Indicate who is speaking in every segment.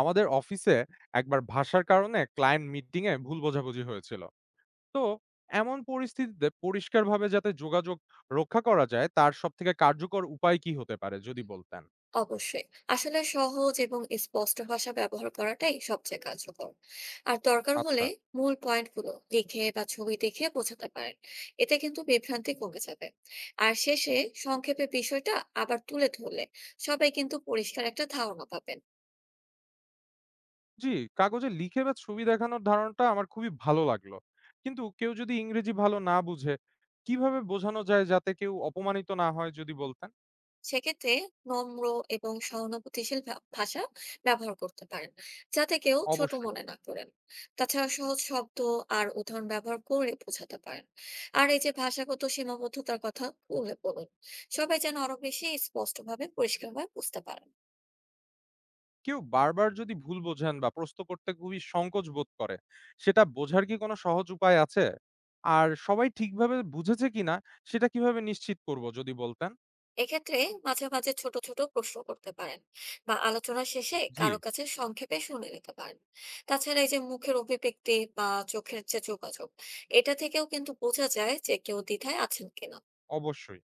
Speaker 1: আমাদের অফিসে একবার ভাষার কারণে ক্লায়েন্ট মিটিং এ ভুল বোঝাবুঝি হয়েছিল। তো এমন পরিস্থিতিতে পরিষ্কারভাবে যাতে যোগাযোগ রক্ষা করা যায় তার সব থেকে কার্যকর উপায় কি হতে পারে যদি বলতেন?
Speaker 2: অবশ্যই। আসলে সহজ এবং স্পষ্ট ভাষা ব্যবহার করাটাই সবচেয়ে কার্যকর। আর দরকার
Speaker 1: আচ্ছা।
Speaker 2: হলে মূল পয়েন্টগুলো লিখে বা ছবি দেখে বোঝাতে পারেন। এতে কিন্তু বিভ্রান্তি কমে যাবে। আর শেষে সংক্ষেপে বিষয়টা আবার তুলে ধরলে সবাই কিন্তু পরিষ্কার একটা ধারণা পাবে।
Speaker 1: জি, কাগজে লিখে বা ছবি দেখানোর ধারণাটা আমার খুবই ভালো লাগলো, কিন্তু কেউ যদি ইংরেজি ভালো না বুঝে কিভাবে বোঝানো যায় যাতে কেউ অপমানিত না হয় যদি বলতেন?
Speaker 2: সেক্ষেত্রে নম্র এবং সহানুভূতিশীল ভাষা ব্যবহার করতে পারেন, যাতে কেউ ছোট
Speaker 1: অবশ্যই।
Speaker 2: মনে না করেন। তাছাড়া সহজ শব্দ আর উদাহরণ ব্যবহার করে বোঝাতে পারেন। আর এই যে ভাষাগত সীমাবদ্ধতার কথা উল্লেখ করুন, সবাই যেন আরো বেশি স্পষ্টভাবে পরিষ্কারভাবে বুঝতে পারেন।
Speaker 1: কেউ বারবার যদি ভুল বোঝেন বা প্রশ্ন করতে খুবই সংকোচ বোধ করে, সেটা বোঝার কি কোনো সহজ উপায় আছে? আর সবাই ঠিকভাবে বুঝেছে কিনা সেটা কিভাবে নিশ্চিত করব যদি বলতেন?
Speaker 2: এক্ষেত্রে মাঝে মাঝে ছোট ছোট প্রশ্ন করতে পারেন, বা আলোচনা শেষে
Speaker 1: জি,
Speaker 2: কারো কাছে সংক্ষেপে শুনে নিতে পারেন। তাছাড়া এই যে মুখের অভিব্যক্তি বা চোখের যে যোগাযোগ, এটা থেকেও কিন্তু বোঝা যায় যে কেউ দ্বিধায় আছেন কিনা।
Speaker 1: অবশ্যই।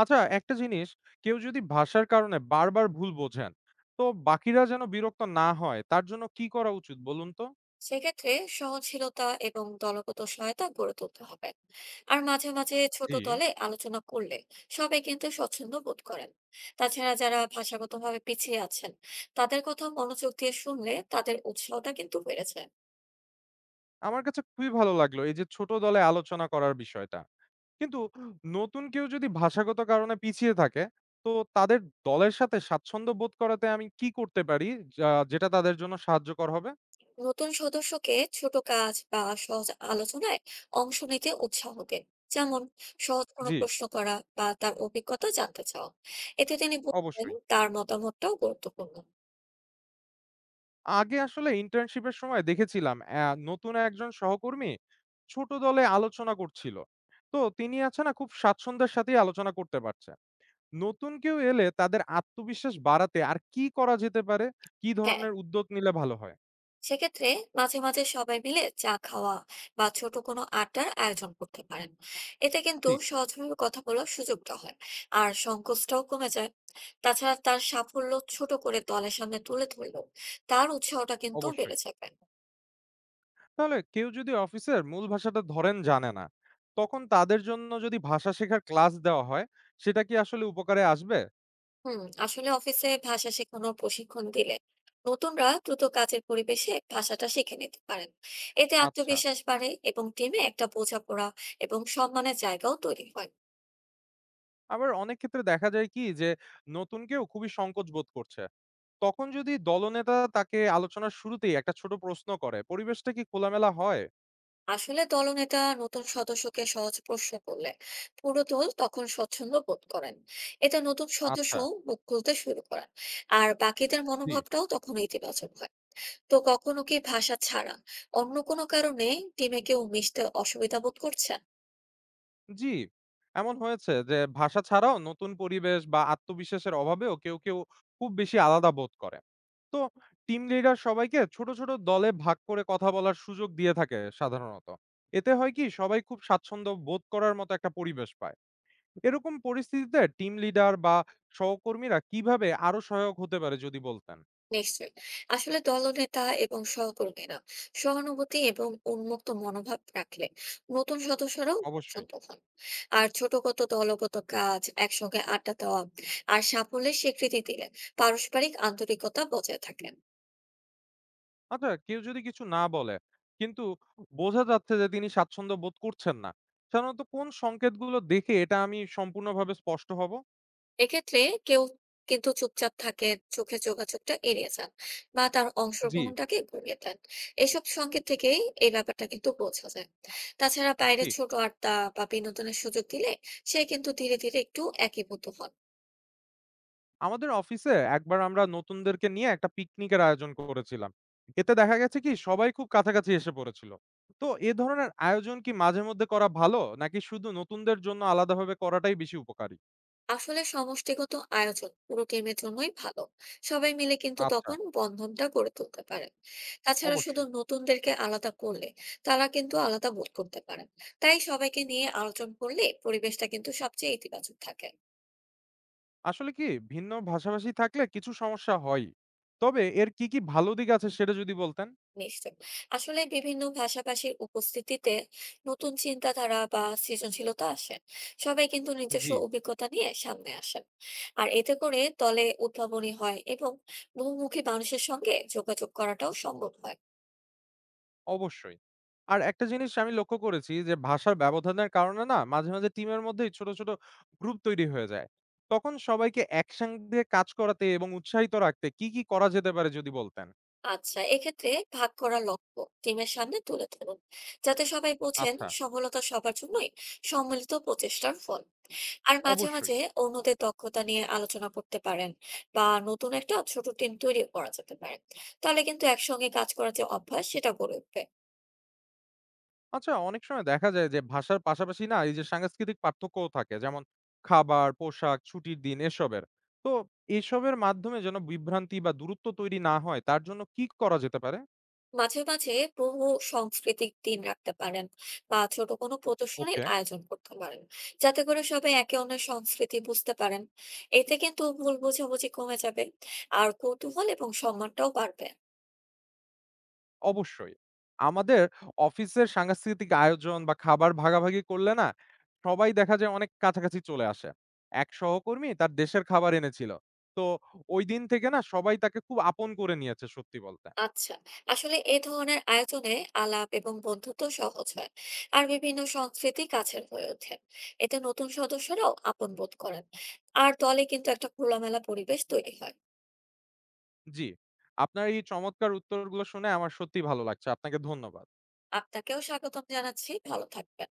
Speaker 1: আচ্ছা একটা জিনিস, কেউ যদি ভাষার কারণে বারবার ভুল বোঝেন, তো বাকিরা যেন বিরক্ত না হয় তার জন্য কি করা উচিত বলুন তো?
Speaker 2: সেক্ষেত্রে সহনশীলতা এবং দলগত সহায়তা গড়ে তুলতে হবে। আর মাঝে মাঝে ছোট
Speaker 1: জি।
Speaker 2: দলে আলোচনা করলে সবাই কিন্তু স্বচ্ছন্দ বোধ করেন। তাছাড়া যারা ভাষাগতভাবে পিছিয়ে আছেন, তাদের কথা মনোযোগ দিয়ে শুনলে তাদের উৎসাহটা কিন্তু বেড়েছে।
Speaker 1: আমার কাছে খুবই ভালো লাগলো এই যে ছোট দলে আলোচনা করার বিষয়টা। কিন্তু নতুন কেউ যদি ভাষাগত কারণে পিছিয়ে থাকে, তো তাদের দলের সাথে স্বাচ্ছন্দ্য বোধ করাতে আমি কি করতে পারি যেটা তাদের জন্য সাহায্যকর হবে?
Speaker 2: নতুন সদস্যকে ছোট কাজ বা সহজ আলোচনায় অংশ নিতে উৎসাহ দিন। যেমন সহজ কোনো
Speaker 1: জি,
Speaker 2: প্রশ্ন করা বা তার অভিজ্ঞতা জানতে চাও। এতে তিনি বুঝবেন
Speaker 1: অবশ্যই।
Speaker 2: তার মতামতটাও গুরুত্বপূর্ণ।
Speaker 1: আগে আসলে ইন্টার্নশিপের সময় দেখেছিলাম নতুন একজন সহকর্মী ছোট দলে আলোচনা করছিল। তো তিনি আছে না খুব স্বাচ্ছন্দ্যের সাথেই আলোচনা করতে পারছে। নতুন কেউ এলে তাদের আত্মবিশ্বাস বাড়াতে আর কি করা যেতে পারে? কি
Speaker 2: হ্যাঁ,
Speaker 1: ধরনের উদ্যোগ নিলে ভালো হয়?
Speaker 2: সেক্ষেত্রে মাঝে মাঝে সবাই মিলে চা খাওয়া বা ছোট কোনো আড্ডার আয়োজন করতে পারেন। এতে কিন্তু
Speaker 1: ঠিক,
Speaker 2: সহজভাবে কথা বলার সুযোগটা হয় আর সংকোচটাও কমে যায়। তাছাড়া তার সাফল্য ছোট করে দলের সামনে তুলে ধরলেও তার উৎসাহটা কিন্তু
Speaker 1: অবশ্যই।
Speaker 2: বেড়ে যাবে।
Speaker 1: তাহলে কেউ যদি অফিসের মূল ভাষাটা ধরেন জানে না, তখন তাদের জন্য যদি ভাষা শেখার ক্লাস দেওয়া হয় সেটা কি আসলে উপকারে আসবে?
Speaker 2: হুম, আসলে অফিসে ভাষা শেখানোর প্রশিক্ষণ দিলে নতুনরা দ্রুত কাজের পরিবেশে ভাষাটা শিখে নিতে পারেন। এতে
Speaker 1: আচ্ছা।
Speaker 2: আত্মবিশ্বাস বাড়ে এবং টিমে একটা বোঝাপড়া এবং সম্মানের জায়গাও তৈরি হয়।
Speaker 1: আবার অনেক ক্ষেত্রে দেখা যায় কি যে নতুন কেউ খুবই সংকোচ বোধ করছে, তখন যদি দলনেতা তাকে আলোচনার শুরুতেই একটা ছোট প্রশ্ন করে পরিবেশটা কি খোলামেলা হয়?
Speaker 2: আসলে দলনেতা নতুন সদস্যকে সহজ প্রশ্ন করলে পুরো দল তখন স্বচ্ছন্দ বোধ করেন। এতে নতুন সদস্য
Speaker 1: আচ্ছা।
Speaker 2: মুখ খুলতে শুরু করেন আর বাকিদের
Speaker 1: জি।
Speaker 2: মনোভাবটাও তখন ইতিবাচক হয়। তো কখনো কি ভাষা ছাড়া অন্য কোনো কারণে টিমে কেউ মিশতে অসুবিধা বোধ করছে?
Speaker 1: জি, এমন হয়েছে যে ভাষা ছাড়াও নতুন পরিবেশ বা আত্মবিশ্বাসের অভাবেও কেউ, কেউ খুব বেশি আলাদা বোধ করে। তো টিম লিডার সবাইকে ছোট, ছোট দলে ভাগ করে কথা বলার সুযোগ দিয়ে থাকে সাধারণত। এতে হয় কি সবাই খুব স্বাচ্ছন্দ্য বোধ করার মতো একটা পরিবেশ পায়। এরকম পরিস্থিতিতে টিম লিডার বা সহকর্মীরা কিভাবে আরো সহায়ক হতে পারে যদি বলতেন?
Speaker 2: নিশ্চয়ই আসলে দলনেতা এবং সহকর্মীরা সহানুভূতি এবং উন্মুক্ত মনোভাব রাখলে নতুন সদস্যরাও
Speaker 1: অবশ্যই।
Speaker 2: পছন্দ হন। আর ছোটগত দলগত কাজ, একসঙ্গে আড্ডা দেওয়া আর সাফল্যের স্বীকৃতি দিলে পারস্পরিক আন্তরিকতা বজায় থাকে।
Speaker 1: আচ্ছা, কেউ যদি কিছু না বলে, কিন্তু বোঝা যাচ্ছে যে তিনি স্বাচ্ছন্দ্য বোধ করছেন না। সাধারণত কোন সংকেতগুলো দেখে এটা আমি সম্পূর্ণভাবে স্পষ্ট হব?
Speaker 2: এক্ষেত্রে কেউ কিন্তু চুপচাপ থাকে, চোখে যোগাযোগটা এড়িয়ে যান, বা তার
Speaker 1: জি।
Speaker 2: অংশগ্রহণটাকে কমিয়ে দেন। এসব সংকেত থেকেই এই ব্যাপারটা কিন্তু বোঝা যায়। তাছাড়া বাইরে
Speaker 1: ঠিক।
Speaker 2: ছোট আড্ডা বা বিনোদনের সুযোগ দিলে সে কিন্তু ধীরে ধীরে একটু একীভূত হন।
Speaker 1: আমাদের অফিসে একবার আমরা নতুনদেরকে নিয়ে একটা পিকনিকের আয়োজন করেছিলাম। এতে দেখা গেছে কি সবাই খুব কাছাকাছি এসে পড়েছিল। তো এ ধরনের আয়োজন কি মাঝে মধ্যে করা ভালো নাকি শুধু নতুনদের জন্য আলাদাভাবে করাটাই বেশি উপকারী?
Speaker 2: আসলে সমষ্টিগত আয়োজন পুরো টিমের জন্যই ভালো। সবাই মিলে কিন্তু
Speaker 1: আচ্ছা,
Speaker 2: তখন বন্ধনটা গড়ে তুলতে পারে। তাছাড়া শুধু
Speaker 1: অবশ্যই।
Speaker 2: নতুনদেরকে আলাদা করলে তারা কিন্তু আলাদা বোধ করতে পারেন। তাই সবাইকে নিয়ে আলোচনা করলে পরিবেশটা কিন্তু সবচেয়ে ইতিবাচক থাকে।
Speaker 1: আসলে কি, ভিন্ন ভাষাভাষী থাকলে কিছু সমস্যা হয়ই। তবে এর কি, কি ভালো দিক আছে সেটা যদি বলতেন?
Speaker 2: নিশ্চয়ই আসলে বিভিন্ন ভাষাভাষীর উপস্থিতিতে নতুন চিন্তাধারা বা সৃজনশীলতা আসে। সবাই কিন্তু
Speaker 1: জি,
Speaker 2: নিজস্ব অভিজ্ঞতা নিয়ে সামনে আসেন। আর এতে করে দলে উদ্ভাবনী হয় এবং বহুমুখী মানুষের সঙ্গে যোগাযোগ করাটাও সম্ভব হয়।
Speaker 1: অবশ্যই। আর একটা জিনিস আমি লক্ষ্য করেছি যে ভাষার ব্যবধানের কারণে না মাঝে, মাঝে টিমের মধ্যেই ছোট, ছোট গ্রুপ তৈরি হয়ে যায়। তখন সবাইকে একসঙ্গে কাজ করাতে এবং উৎসাহিত রাখতে কি, কি করা যেতে পারে যদি বলতেন?
Speaker 2: আচ্ছা, এক্ষেত্রে ভাগ করা লক্ষ্য টিমের সামনে তুলে ধরুন, যাতে সবাই বোঝেন
Speaker 1: আচ্ছা,
Speaker 2: সফলতা সবার জন্যই সম্মিলিত প্রচেষ্টার ফল। আর মাঝে,
Speaker 1: অবশ্যই।
Speaker 2: মাঝে অন্যদের দক্ষতা নিয়ে আলোচনা করতে পারেন, বা নতুন একটা ছোট টিম তৈরি করা যেতে পারে। তাহলে কিন্তু একসঙ্গে কাজ করার যে অভ্যাস সেটা গড়ে উঠবে।
Speaker 1: আচ্ছা অনেক সময় দেখা যায় যে ভাষার পাশাপাশি না এই যে সাংস্কৃতিক পার্থক্যও থাকে। যেমন খাবার, পোশাক, ছুটির দিন এসবের। তো এসবের মাধ্যমে যেন বিভ্রান্তি বা দূরত্ব তৈরি না হয় তার জন্য কি করা যেতে পারে?
Speaker 2: মাঝে, মাঝে বহু সাংস্কৃতিক দিন রাখতে পারেন বা ছোট কোনো প্রদর্শনীর
Speaker 1: ওকে।
Speaker 2: আয়োজন করতে পারেন। যাতে করে সবাই একে অন্যের সংস্কৃতি বুঝতে পারেন। এতে কিন্তু ভুল বোঝাবুঝি কমে যাবে। আর কৌতূহল এবং সম্মানটাও বাড়বে।
Speaker 1: অবশ্যই। আমাদের অফিসের সাংস্কৃতিক আয়োজন বা খাবার ভাগাভাগি করলে না, সবাই দেখা যায় অনেক কাছাকাছি চলে আসে। এক সহকর্মী তার দেশের খাবার এনেছিল। তো ঐদিন থেকে না সবাই তাকে খুব আপন করে নিয়েছে সত্যি বলতে।
Speaker 2: আচ্ছা, আসলে এ ধরনের আয়োজনে আলাপ এবং বন্ধুত্ব সহজ হয় আর বিভিন্ন সংস্কৃতি কাছের হয়ে ওঠে। এতে নতুন সদস্যরাও আপন বোধ করেন আর দলে কিন্তু একটা খোলামেলা পরিবেশ তৈরি হয়।
Speaker 1: জি, আপনার এই চমৎকার উত্তরগুলো শুনে আমার সত্যিই ভালো লাগছে। আপনাকে ধন্যবাদ।
Speaker 2: আপনাকেও স্বাগতম জানাচ্ছি, ভালো থাকবেন।